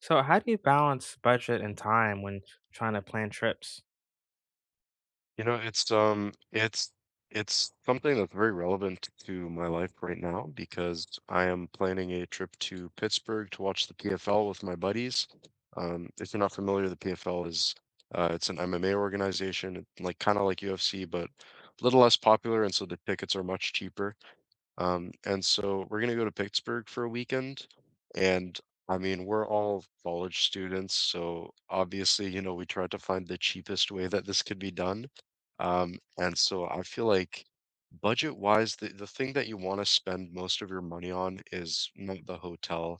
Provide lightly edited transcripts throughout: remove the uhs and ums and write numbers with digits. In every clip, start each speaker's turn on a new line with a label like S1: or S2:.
S1: So, how do you balance budget and time when trying to plan trips?
S2: You know, it's um it's it's something that's very relevant to my life right now because I am planning a trip to Pittsburgh to watch the PFL with my buddies. If you're not familiar, the PFL is it's an MMA organization, like kind of like UFC, but a little less popular, and so the tickets are much cheaper. And so we're gonna go to Pittsburgh for a weekend. And I mean, we're all college students, so obviously, you know, we tried to find the cheapest way that this could be done. And so I feel like budget wise, the thing that you want to spend most of your money on is not the hotel.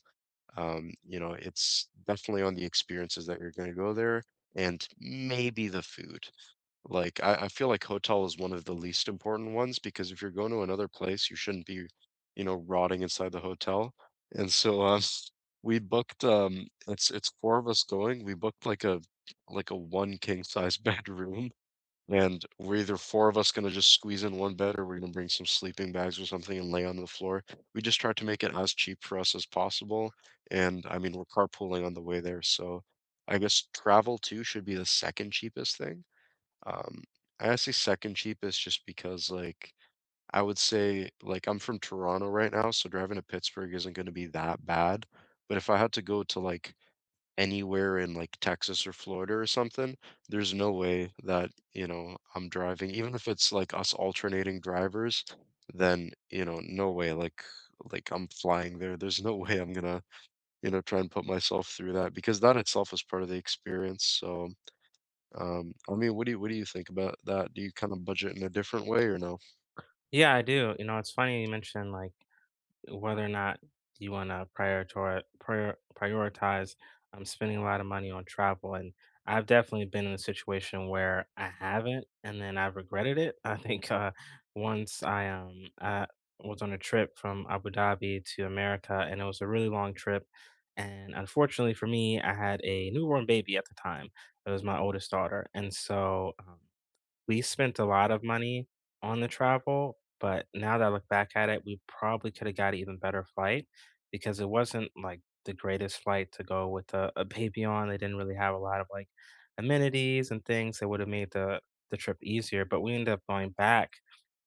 S2: You know, it's definitely on the experiences that you're gonna go there and maybe the food. Like, I feel like hotel is one of the least important ones because if you're going to another place, you shouldn't be, you know, rotting inside the hotel, and so, we booked, it's 4 of us going, we booked like a 1 king size bedroom, and we're either 4 of us gonna just squeeze in 1 bed or we're gonna bring some sleeping bags or something and lay on the floor. We just tried to make it as cheap for us as possible, and, I mean, we're carpooling on the way there, so I guess travel too should be the 2nd cheapest thing? Um, I say second cheapest just because, like, I would say, like, I'm from Toronto right now, so driving to Pittsburgh isn't going to be that bad. But if I had to go to like anywhere in like Texas or Florida or something, there's no way that, you know, I'm driving, even if it's like us alternating drivers, then, you know, no way, like I'm flying there. There's no way I'm gonna, you know, try and put myself through that because that itself is part of the experience. So, I mean, what do you think about that? Do you kind of budget in a different way or no?
S1: Yeah, I do. You know, it's funny you mentioned like whether or not you want to prioritize spending a lot of money on travel. And I've definitely been in a situation where I haven't and then I've regretted it. I think once I was on a trip from Abu Dhabi to America, and it was a really long trip, and unfortunately for me I had a newborn baby at the time. It was my oldest daughter, and so we spent a lot of money on the travel, but now that I look back at it, we probably could have got an even better flight because it wasn't like the greatest flight to go with a baby on. They didn't really have a lot of like amenities and things that would have made the trip easier. But we ended up going back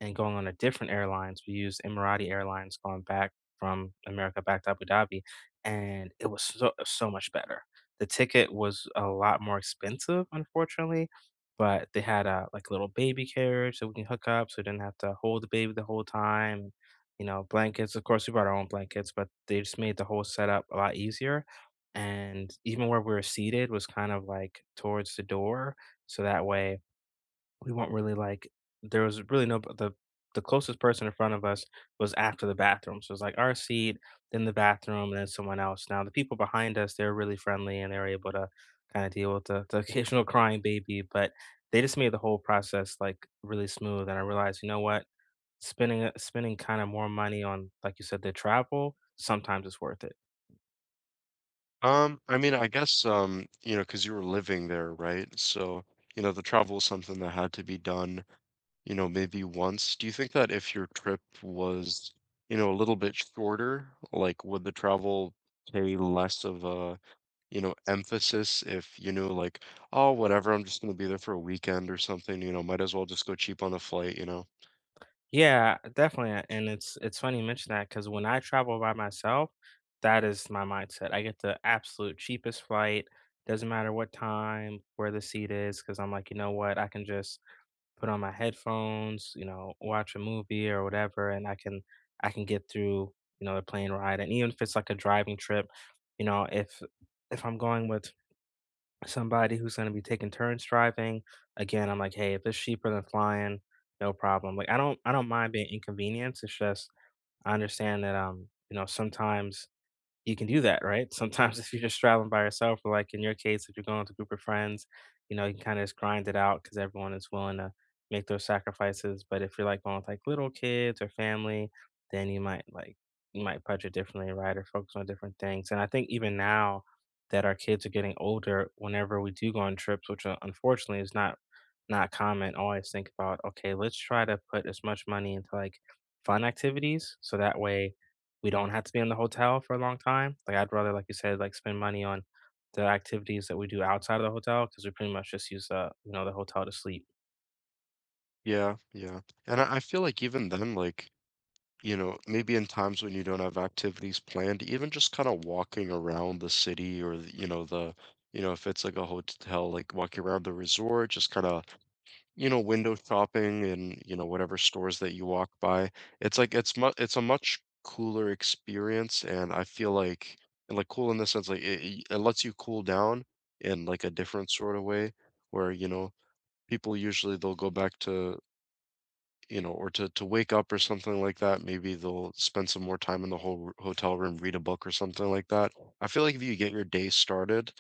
S1: and going on a different airlines. We used Emirati Airlines going back from America back to Abu Dhabi, and it was so, so much better. The ticket was a lot more expensive, unfortunately, but they had a, like, a little baby carriage so we can hook up, so we didn't have to hold the baby the whole time, you know, blankets, of course, we brought our own blankets, but they just made the whole setup a lot easier, and even where we were seated was kind of, like, towards the door, so that way we weren't really like there was really no, the closest person in front of us was after the bathroom. So it was like our seat, then the bathroom, and then someone else. Now the people behind us, they were really friendly and they were able to kind of deal with the occasional crying baby, but they just made the whole process like really smooth. And I realized, you know what, spending kind of more money on, like you said, the travel sometimes it's worth it.
S2: I mean, I guess, you know, because you were living there, right? So, you know, the travel was something that had to be done, you know, maybe once. Do you think that if your trip was, you know, a little bit shorter, like would the travel pay less of a, you know, emphasis if you knew like, oh, whatever, I'm just gonna be there for a weekend or something, you know, might as well just go cheap on a flight, you know?
S1: Yeah, definitely, and it's funny you mention that because when I travel by myself, that is my mindset. I get the absolute cheapest flight, doesn't matter what time, where the seat is, because 'cause I'm like, "You know what? I can just put on my headphones, you know, watch a movie or whatever, and I can get through, you know, the plane ride." And even if it's like a driving trip, you know, if I'm going with somebody who's gonna be taking turns driving, again, I'm like, "Hey, if it's cheaper than flying, no problem." Like, I don't mind being inconvenienced, it's just I understand that, you know, sometimes you can do that, right? Sometimes if you're just traveling by yourself, or like in your case, if you're going with a group of friends, you know, you can kind of just grind it out because everyone is willing to make those sacrifices. But if you're like going with like little kids or family, then you might like you might budget differently, right? Or focus on different things. And I think even now that our kids are getting older, whenever we do go on trips, which unfortunately is not common, always think about, okay, let's try to put as much money into like fun activities. So that way we don't have to be in the hotel for a long time. Like, I'd rather, like you said, like spend money on the activities that we do outside of the hotel because we pretty much just use the you know the hotel to sleep.
S2: Yeah, yeah. And I feel like even then, like, you know, maybe in times when you don't have activities planned, even just kind of walking around the city or, you know, the, you know, if it's like a hotel, like walking around the resort, just kind of, you know, window shopping and, you know, whatever stores that you walk by. It's like, it's a much cooler experience. And I feel like, and like cool in the sense, like it lets you cool down in like a different sort of way where, you know, people usually they'll go back to you know, or to wake up or something like that. Maybe they'll spend some more time in the whole hotel room, read a book or something like that. I feel like if you get your day started,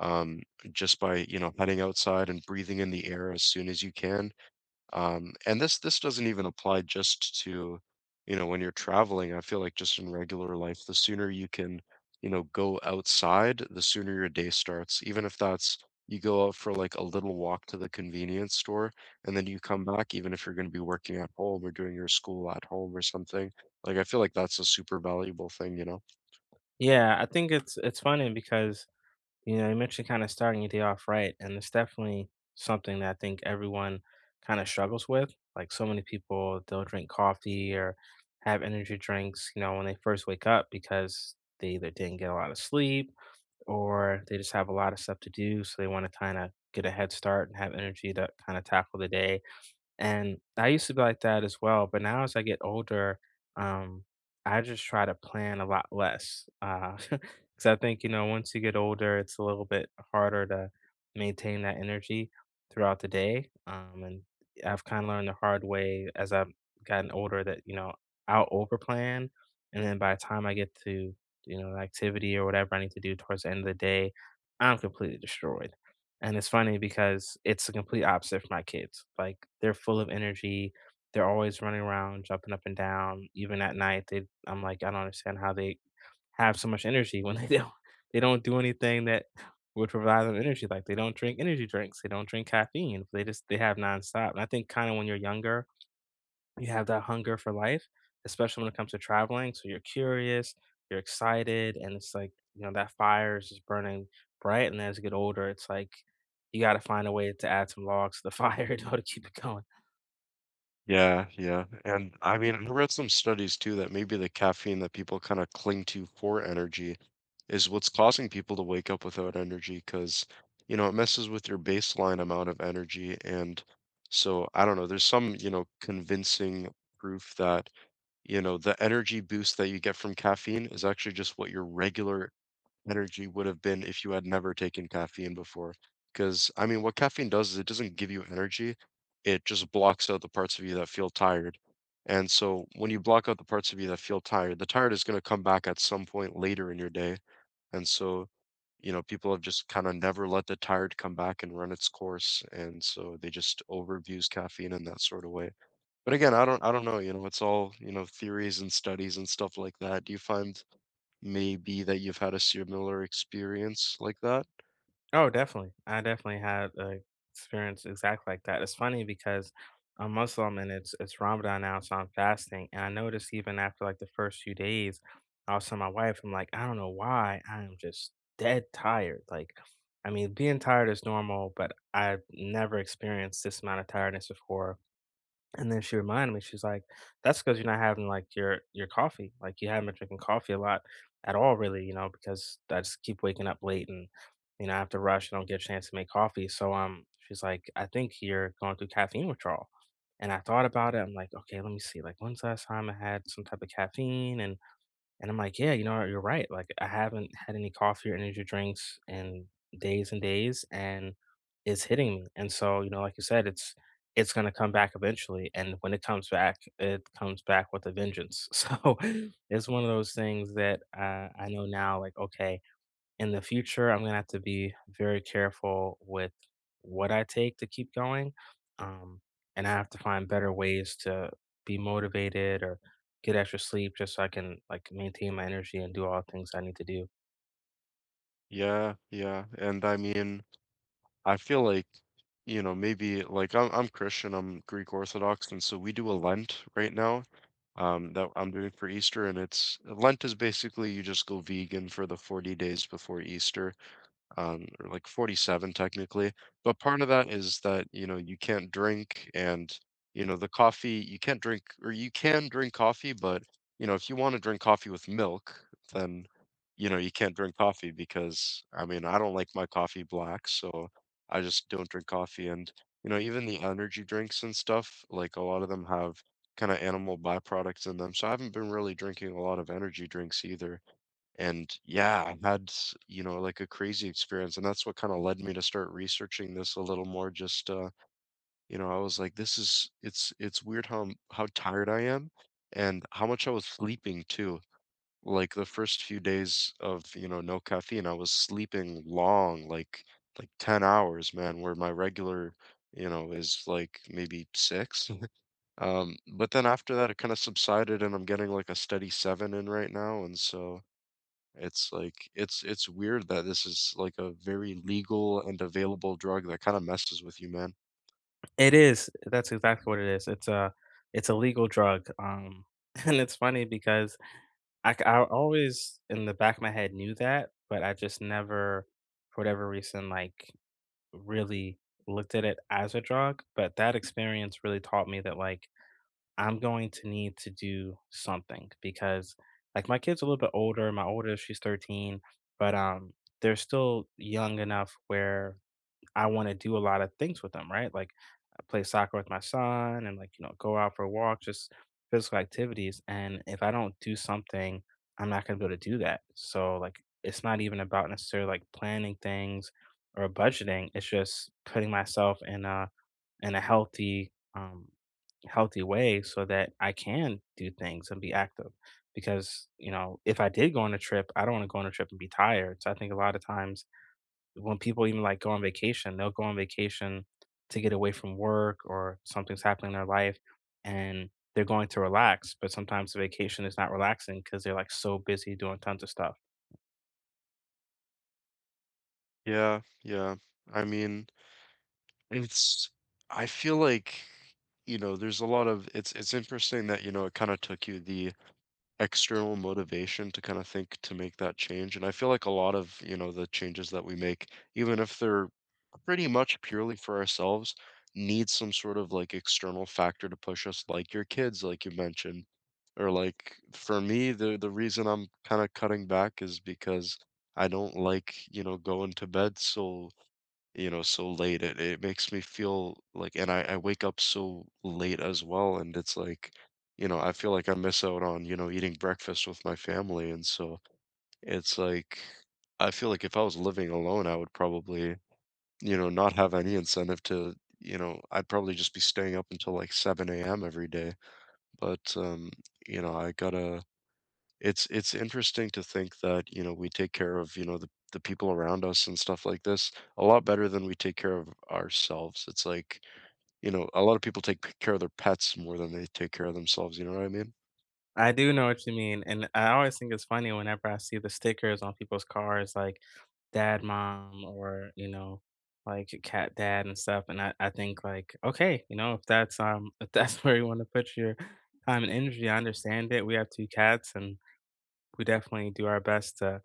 S2: um, just by, you know, heading outside and breathing in the air as soon as you can, and this doesn't even apply just to, you know, when you're traveling. I feel like just in regular life, the sooner you can, you know, go outside, the sooner your day starts. Even if that's you go out for like a little walk to the convenience store and then you come back, even if you're going to be working at home or doing your school at home or something. Like I feel like that's a super valuable thing.
S1: Yeah, I think it's funny because you know you mentioned kind of starting your day off right, and it's definitely something that I think everyone kind of struggles with. Like so many people, they'll drink coffee or have energy drinks, you know, when they first wake up because they either didn't get a lot of sleep or they just have a lot of stuff to do, so they want to kind of get a head start and have energy to kind of tackle the day. And I used to be like that as well, but now as I get older, um, I just try to plan a lot less. Because I think, you know, once you get older, it's a little bit harder to maintain that energy throughout the day. And I've kind of learned the hard way as I've gotten older that, you know, I'll overplan. And then by the time I get to, you know, an activity or whatever I need to do towards the end of the day, I'm completely destroyed. And it's funny because it's the complete opposite for my kids. Like, they're full of energy. They're always running around, jumping up and down. Even at night, they I'm like, "I don't understand how they have so much energy when they don't do anything that would provide them energy." Like, they don't drink energy drinks, they don't drink caffeine, they just they have nonstop. And I think kinda when you're younger you have that hunger for life, especially when it comes to traveling. So you're curious, you're excited, and it's like, you know, that fire is just burning bright. And as you get older, it's like you got to find a way to add some logs to the fire in order to keep it going.
S2: Yeah, yeah. And I mean, I read some studies too that maybe the caffeine that people kind of cling to for energy is what's causing people to wake up without energy because, you know, it messes with your baseline amount of energy. And so I don't know, there's some, you know, convincing proof that, you know, the energy boost that you get from caffeine is actually just what your regular energy would have been if you had never taken caffeine before. Because, I mean, what caffeine does is it doesn't give you energy, it just blocks out the parts of you that feel tired. And so when you block out the parts of you that feel tired, the tired is going to come back at some point later in your day. And so, you know, people have just kind of never let the tired come back and run its course. And so they just overabuse caffeine in that sort of way. But again, I don't know, you know, it's all, you know, theories and studies and stuff like that. Do you find maybe that you've had a similar experience like that?
S1: Oh, definitely. I definitely had a experience exactly like that. It's funny because I'm Muslim and it's Ramadan now, so I'm fasting. And I noticed even after like the first few days, I was telling my wife, I'm like, I don't know why, I am just dead tired. Like, I mean, being tired is normal, but I've never experienced this amount of tiredness before. And then she reminded me, she's like, "That's because 'cause you're not having, like, your coffee, like, you haven't been drinking coffee a lot at all really, you know, because I just keep waking up late and, you know, I have to rush, I don't get a chance to make coffee." So, she's like, "I think you're going through caffeine withdrawal." And I thought about it, I'm like, "Okay, let me see, like, when's the last time I had some type of caffeine?" And I'm like, "Yeah, you know, you're right, like, I haven't had any coffee or energy drinks in days and days, and it's hitting me." And so, you know, like you said, it's gonna come back eventually, and when it comes back with a vengeance. So, it's one of those things that, I know now, like, okay in the future, I'm gonna have to be very careful with what I take to keep going. Um, and I have to find better ways to be motivated or get extra sleep just so I can like maintain my energy and do all the things I need to do.
S2: Yeah, yeah, and I mean, I feel like, you know, maybe like I'm Christian, I'm Greek Orthodox, and so we do a Lent right now, that I'm doing for Easter, and it's Lent is basically you just go vegan for the 40 days before Easter. Um, or like 47 technically. But part of that is that, you know, you can't drink and, you know, the coffee, you can't drink or you can drink coffee, but, you know, if you want to drink coffee with milk, then, you know, you can't drink coffee because, I mean, I don't like my coffee black. So I just don't drink coffee. And, you know, even the energy drinks and stuff, like a lot of them have kind of animal byproducts in them. So I haven't been really drinking a lot of energy drinks either. And yeah, I had, you know, like a crazy experience. And that's what kind of led me to start researching this a little more. Just, you know, I was like, this is, it's weird how, how tired I am and how much I was sleeping too. Like the first few days of, you know, no caffeine, I was sleeping long, like 10 hours, man, where my regular, you know, is like maybe six. But then after that, it kind of subsided and I'm getting like a steady seven in right now. And so, it's like it's weird that this is like a very legal and available drug that kind of messes with you, man.
S1: It is. That's exactly what it is. It's a legal drug. And it's funny because I always in the back of my head knew that, but I just never, for whatever reason, like really looked at it as a drug, but that experience really taught me that like I'm going to need to do something because like my kid's a little bit older. My oldest, she's 13, but they're still young enough where I wanna do a lot of things with them, right? Like, I play soccer with my son and, like, you know, go out for walks, just physical activities, and if I don't do something, I'm not gonna be able to do that. So, like, it's not even about necessarily, like, planning things or budgeting, it's just putting myself in a healthy, healthy way so that I can do things and be active. Because, you know, if I did go on a trip, I don't wanna go on a trip and be tired. So I think a lot of times when people even like go on vacation, they'll go on vacation to get away from work or something's happening in their life and they're going to relax, but sometimes the vacation is not relaxing because they're like so busy doing tons of stuff.
S2: Yeah, yeah. I mean, it's I feel like, you know, there's a lot of it's interesting that, you know, it kind of took you the external motivation to kind of think to make that change. And I feel like a lot of, you know, the changes that we make, even if they're pretty much purely for ourselves, need some sort of like external factor to push us, like your kids, like you mentioned. Or like for me, the reason I'm kind of cutting back is because I don't like, you know, going to bed so you know, so late. It makes me feel like and I wake up so late as well, and it's like, you know, I feel like I miss out on, you know, eating breakfast with my family, and so it's like I feel like if I was living alone, I would probably, you know, not have any incentive to, you know, I'd probably just be staying up until like 7 a.m. every day. But you know, I gotta it's interesting to think that, you know, we take care of, you know, the people around us and stuff like this a lot better than we take care of ourselves. It's like, you know, a lot of people take care of their pets more than they take care of themselves, you know what I mean?
S1: I do know what you mean. And I always think it's funny whenever I see the stickers on people's cars, like dad, mom, or, you know, like cat dad and stuff. And I think like, okay, you know, if that's where you want to put your time and energy, I understand it. We have two cats and we definitely do our best to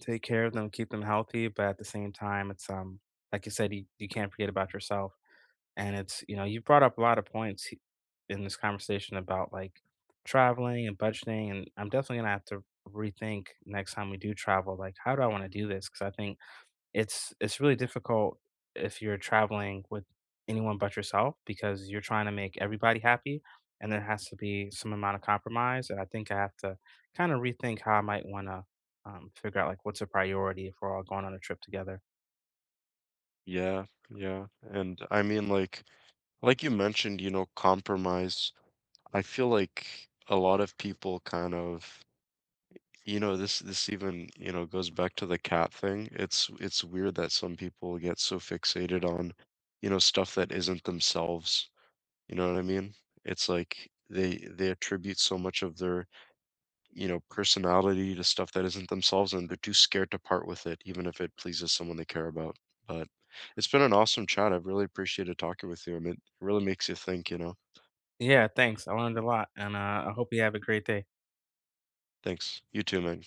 S1: take care of them, keep them healthy, but at the same time, it's like you said, you can't forget about yourself. And it's you know, you brought up a lot of points in this conversation about like traveling and budgeting, and I'm definitely gonna have to rethink next time we do travel, like how do I want to do this? Because I think it's really difficult if you're traveling with anyone but yourself because you're trying to make everybody happy, and there has to be some amount of compromise, and I think I have to kinda rethink how I might wanna, figure out, like, what's a priority if we're all going on a trip together.
S2: Yeah, yeah. And I mean like you mentioned, you know, compromise. I feel like a lot of people kind of you know this even you know goes back to the cat thing it's weird that some people get so fixated on you know stuff that isn't themselves. You know what I mean? It's like they attribute so much of their, you know, personality to stuff that isn't themselves and they're too scared to part with it, even if it pleases someone they care about. But it's been an awesome chat. I've really appreciated talking with you and it really makes you think, you know.
S1: Yeah, thanks. I learned a lot, and, I hope you have a great day.
S2: Thanks. You too, man.